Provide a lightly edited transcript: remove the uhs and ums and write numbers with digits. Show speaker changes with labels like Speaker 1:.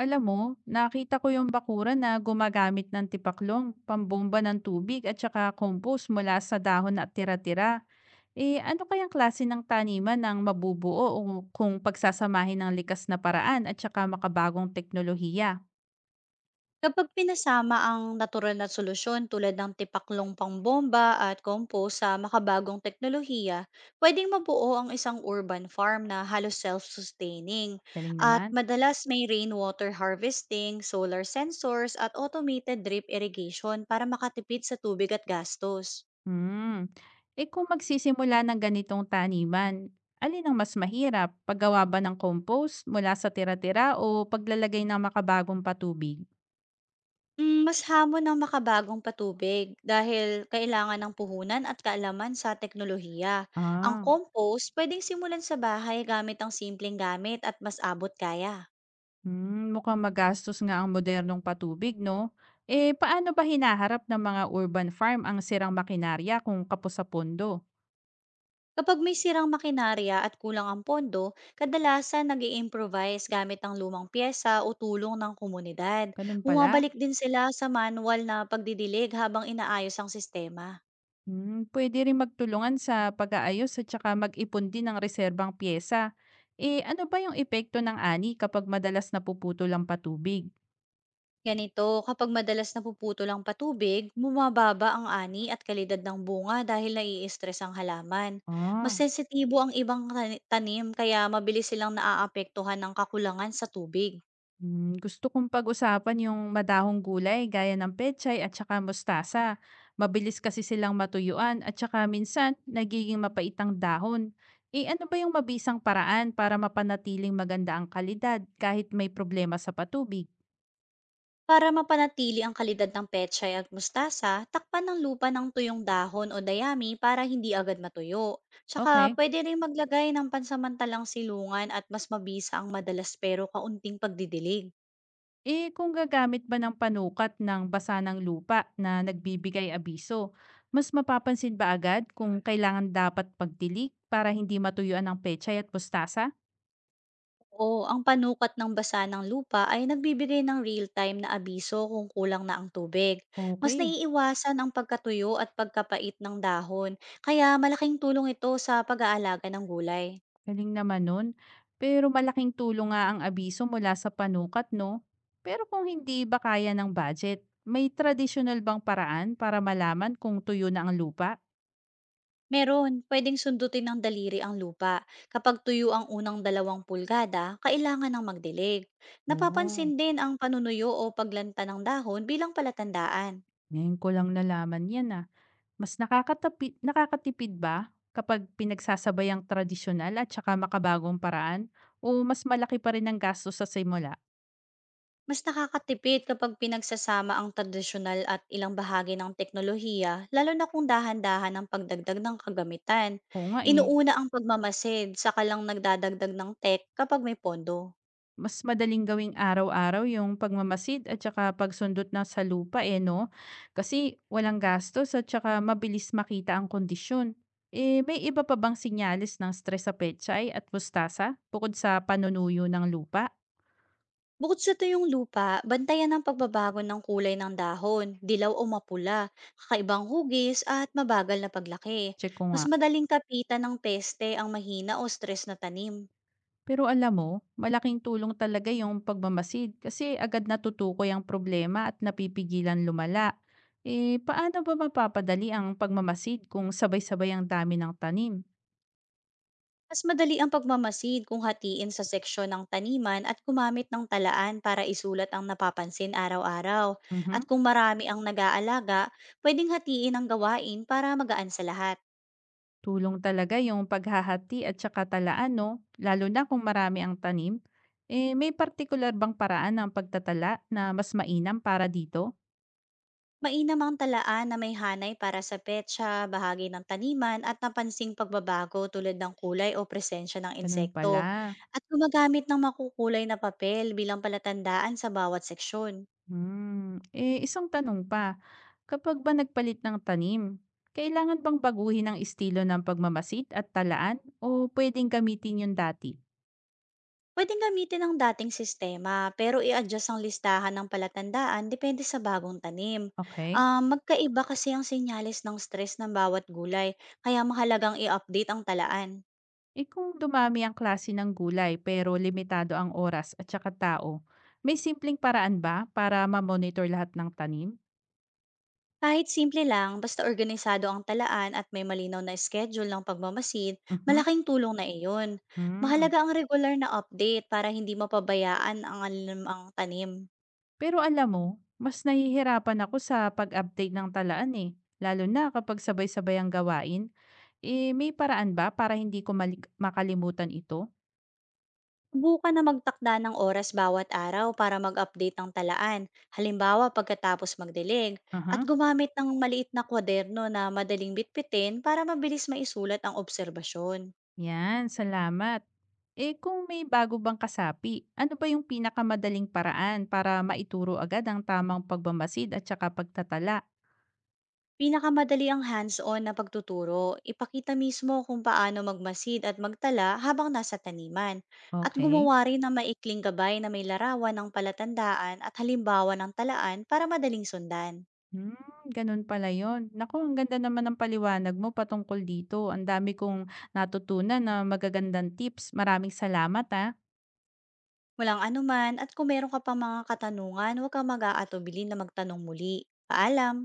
Speaker 1: Alam mo, nakita ko yung bakuran na gumagamit ng tipaklong, pambomba ng tubig at saka compost mula sa dahon at tira-tira. Eh ano kayang klase ng taniman ng mabubuo o kung pagsasamahin ng likas na paraan at saka makabagong teknolohiya?
Speaker 2: Kapag pinasama ang natural na solusyon tulad ng tipaklong pangbomba at compost sa makabagong teknolohiya, pwedeng mabuo ang isang urban farm na halos self-sustaining.
Speaker 1: Galing
Speaker 2: At
Speaker 1: naman.
Speaker 2: madalas may rainwater harvesting, solar sensors at automated drip irrigation para makatipid sa tubig at gastos.
Speaker 1: Hmm. Eh kung magsisimula ng ganitong taniman, alin ang mas mahirap? Paggawa ba ng compost mula sa tira-tira o paglalagay ng makabagong patubig?
Speaker 2: Hmm, mas hamon ang makabagong patubig dahil kailangan ng puhunan at kaalaman sa teknolohiya. Ang
Speaker 1: Ah.
Speaker 2: compost pwedeng simulan sa bahay gamit ang simpleng gamit at mas abot kaya.
Speaker 1: Hmm, mukhang magastos nga ang modernong patubig, no? Eh, paano ba hinaharap ng mga urban farm ang sirang makinarya kung kapos sa pondo?
Speaker 2: Kapag may sirang makinarya at kulang ang pondo, kadalasan nag improvise gamit ang lumang pyesa o tulong ng komunidad.
Speaker 1: Ganun pala.
Speaker 2: Bumabalik din sila sa manual na pagdidilig habang inaayos ang sistema.
Speaker 1: Hmm, pwede rin magtulungan sa pag-aayos at saka mag-ipon din ng reserbang pyesa. Eh, ano ba yung epekto ng ani kapag madalas napuputol ang patubig?
Speaker 2: Ganito, kapag madalas napuputol ang patubig, bumababa ang ani at kalidad ng bunga dahil nai-stress ang halaman. Mas
Speaker 1: Ah.
Speaker 2: sensitibo ang ibang tanim kaya mabilis silang naaapektuhan ng kakulangan sa tubig.
Speaker 1: Hmm, gusto kong pag-usapan yung madahong gulay gaya ng pechay at saka mustasa. Mabilis kasi silang matuyuan at saka minsan nagiging mapaitang dahon. Eh ano ba yung mabisang paraan para mapanatiling maganda ang kalidad kahit may problema sa patubig?
Speaker 2: Para mapanatili ang kalidad ng pechay at mustasa, takpan ng lupa ng tuyong dahon o dayami para hindi agad matuyo. Tsaka
Speaker 1: Okay.
Speaker 2: pwede rin maglagay ng pansamantalang silungan at mas mabisa ang madalas pero kaunting pagdidilig.
Speaker 1: Eh kung gagamit ba ng panukat ng basa ng lupa na nagbibigay abiso, mas mapapansin ba agad kung kailangan dapat pagtilik para hindi matuyuan ang pechay at mustasa?
Speaker 2: Oo, ang panukat ng basa ng lupa ay nagbibigay ng real-time na abiso kung kulang na ang tubig. Mas
Speaker 1: Okay.
Speaker 2: naiiwasan ang pagkatuyo at pagkapait ng dahon, kaya malaking tulong ito sa pag-aalaga ng gulay.
Speaker 1: Galing naman nun. Pero malaking tulong nga ang abiso mula sa panukat, no? Pero kung hindi ba kaya ng budget, may traditional bang paraan para malaman kung tuyo na ang lupa?
Speaker 2: Meron, pwedeng sundutin ng daliri ang lupa. Kapag tuyo ang unang dalawang pulgada, kailangan ng magdilig.
Speaker 1: Oo,
Speaker 2: Napapansin din ang panunuyo o paglanta ng dahon bilang palatandaan.
Speaker 1: ngayon ko lang nalaman yan ah. Nakakatipid ba kapag pinagsasabay ang tradisyonal at saka makabagong paraan? O mas malaki pa rin ang gasto sa simula?
Speaker 2: Mas nakakatipid kapag pinagsasama ang tradisyonal at ilang bahagi ng teknolohiya, lalo na kung dahan-dahan ang pagdagdag ng kagamitan.
Speaker 1: Oo nga eh.
Speaker 2: Inuuna ang pagmamasid, saka lang nagdadagdag ng tech kapag may pondo.
Speaker 1: Mas madaling gawing araw-araw yung pagmamasid at saka pagsundot na sa lupa eh, 'no? Kasi walang gastos at saka mabilis makita ang kondisyon. Eh, may iba pa bang sinyalis ng stress sa pechay at mustasa bukod sa panunuyo ng lupa?
Speaker 2: Bukod sa tuyong lupa, bantayan ang pagbabago ng kulay ng dahon, dilaw o mapula, kakaibang hugis at mabagal na paglaki.
Speaker 1: Check ko
Speaker 2: Mas
Speaker 1: nga.
Speaker 2: madaling kapitan ng peste ang mahina o stress na tanim.
Speaker 1: Pero alam mo, malaking tulong talaga yung pagmamasid kasi agad natutukoy ang problema at napipigilan lumala. Eh, paano ba mapapadali ang pagmamasid kung sabay-sabay ang dami ng tanim?
Speaker 2: Mas madali ang pagmamasid kung hatiin sa seksyon ng taniman at gumamit ng talaan para isulat ang napapansin araw-araw.
Speaker 1: Mhm.
Speaker 2: At kung marami ang nag-aalaga, pwedeng hatiin ang gawain para magaan sa lahat.
Speaker 1: Tulong talaga yung paghahati at saka talaan 'no, lalo na kung marami ang tanim. Eh, may partikular bang paraan ng pagtatala na mas mainam para dito?
Speaker 2: Mainam ang talaan na may hanay para sa petsa, bahagi ng taniman at napansing pagbabago tulad ng kulay o presensya ng
Speaker 1: Ganun
Speaker 2: insekto.
Speaker 1: pala.
Speaker 2: At gumagamit ng makukulay na papel bilang palatandaan sa bawat seksyon.
Speaker 1: Hmm, eh, isang tanong pa, kapag ba nagpalit ng tanim, kailangan bang baguhin ang estilo ng pagmamasid at talaan o pwedeng gamitin yung dati?
Speaker 2: Puwedeng gamitin ang dating sistema, pero i-adjust ang listahan ng palatandaan depende sa bagong tanim.
Speaker 1: Okay?
Speaker 2: Ah, magkaiba kasi ang senyales ng stress ng bawat gulay, kaya mahalagang i-update ang talaan.
Speaker 1: Eh, kung dumami ang klase ng gulay pero limitado ang oras at saka tao, may simpleng paraan ba para ma-monitor lahat ng tanim?
Speaker 2: Kahit simple lang, basta organisado ang talaan at may malinaw na schedule ng pagmamasid,
Speaker 1: Mhm.
Speaker 2: malaking tulong na iyon.
Speaker 1: Hmm.
Speaker 2: Mahalaga ang regular na update para hindi mapabayaan ang alam ang tanim.
Speaker 1: Pero alam mo, mas nahihirapan ako sa pag-update ng talaan eh. Lalo na kapag sabay-sabay ang gawain, eh may paraan ba para hindi ko makalimutan ito?
Speaker 2: Subukan na magtakda ng oras bawat araw para mag-update ng talaan, halimbawa pagkatapos magdilig, at
Speaker 1: Aha.
Speaker 2: gumamit ng maliit na kwaderno na madaling bitbitin para mabilis maisulat ang obserbasyon.
Speaker 1: Yan, salamat. Eh kung may bago bang kasapi, ano ba yung pinakamadaling paraan para maituro agad ang tamang pagbamasid at saka pagtatala?
Speaker 2: Pinakamadali ang hands-on na pagtuturo, ipakita mismo kung paano magmasid at magtala habang nasa taniman, at
Speaker 1: Okay.
Speaker 2: gumawa rin ng maikling gabay na may larawan ng palatandaan at halimbawa ng talaan para madaling sundan.
Speaker 1: Hmm, ganun pala yun. Naku, ang ganda naman ng paliwanag mo patungkol dito. Ang dami kong natutunan na magagandang tips. Maraming salamat, ah.
Speaker 2: Walang anuman at kung meron ka pang mga katanungan, huwag kang mag-aatubili na magtanong muli. Paalam!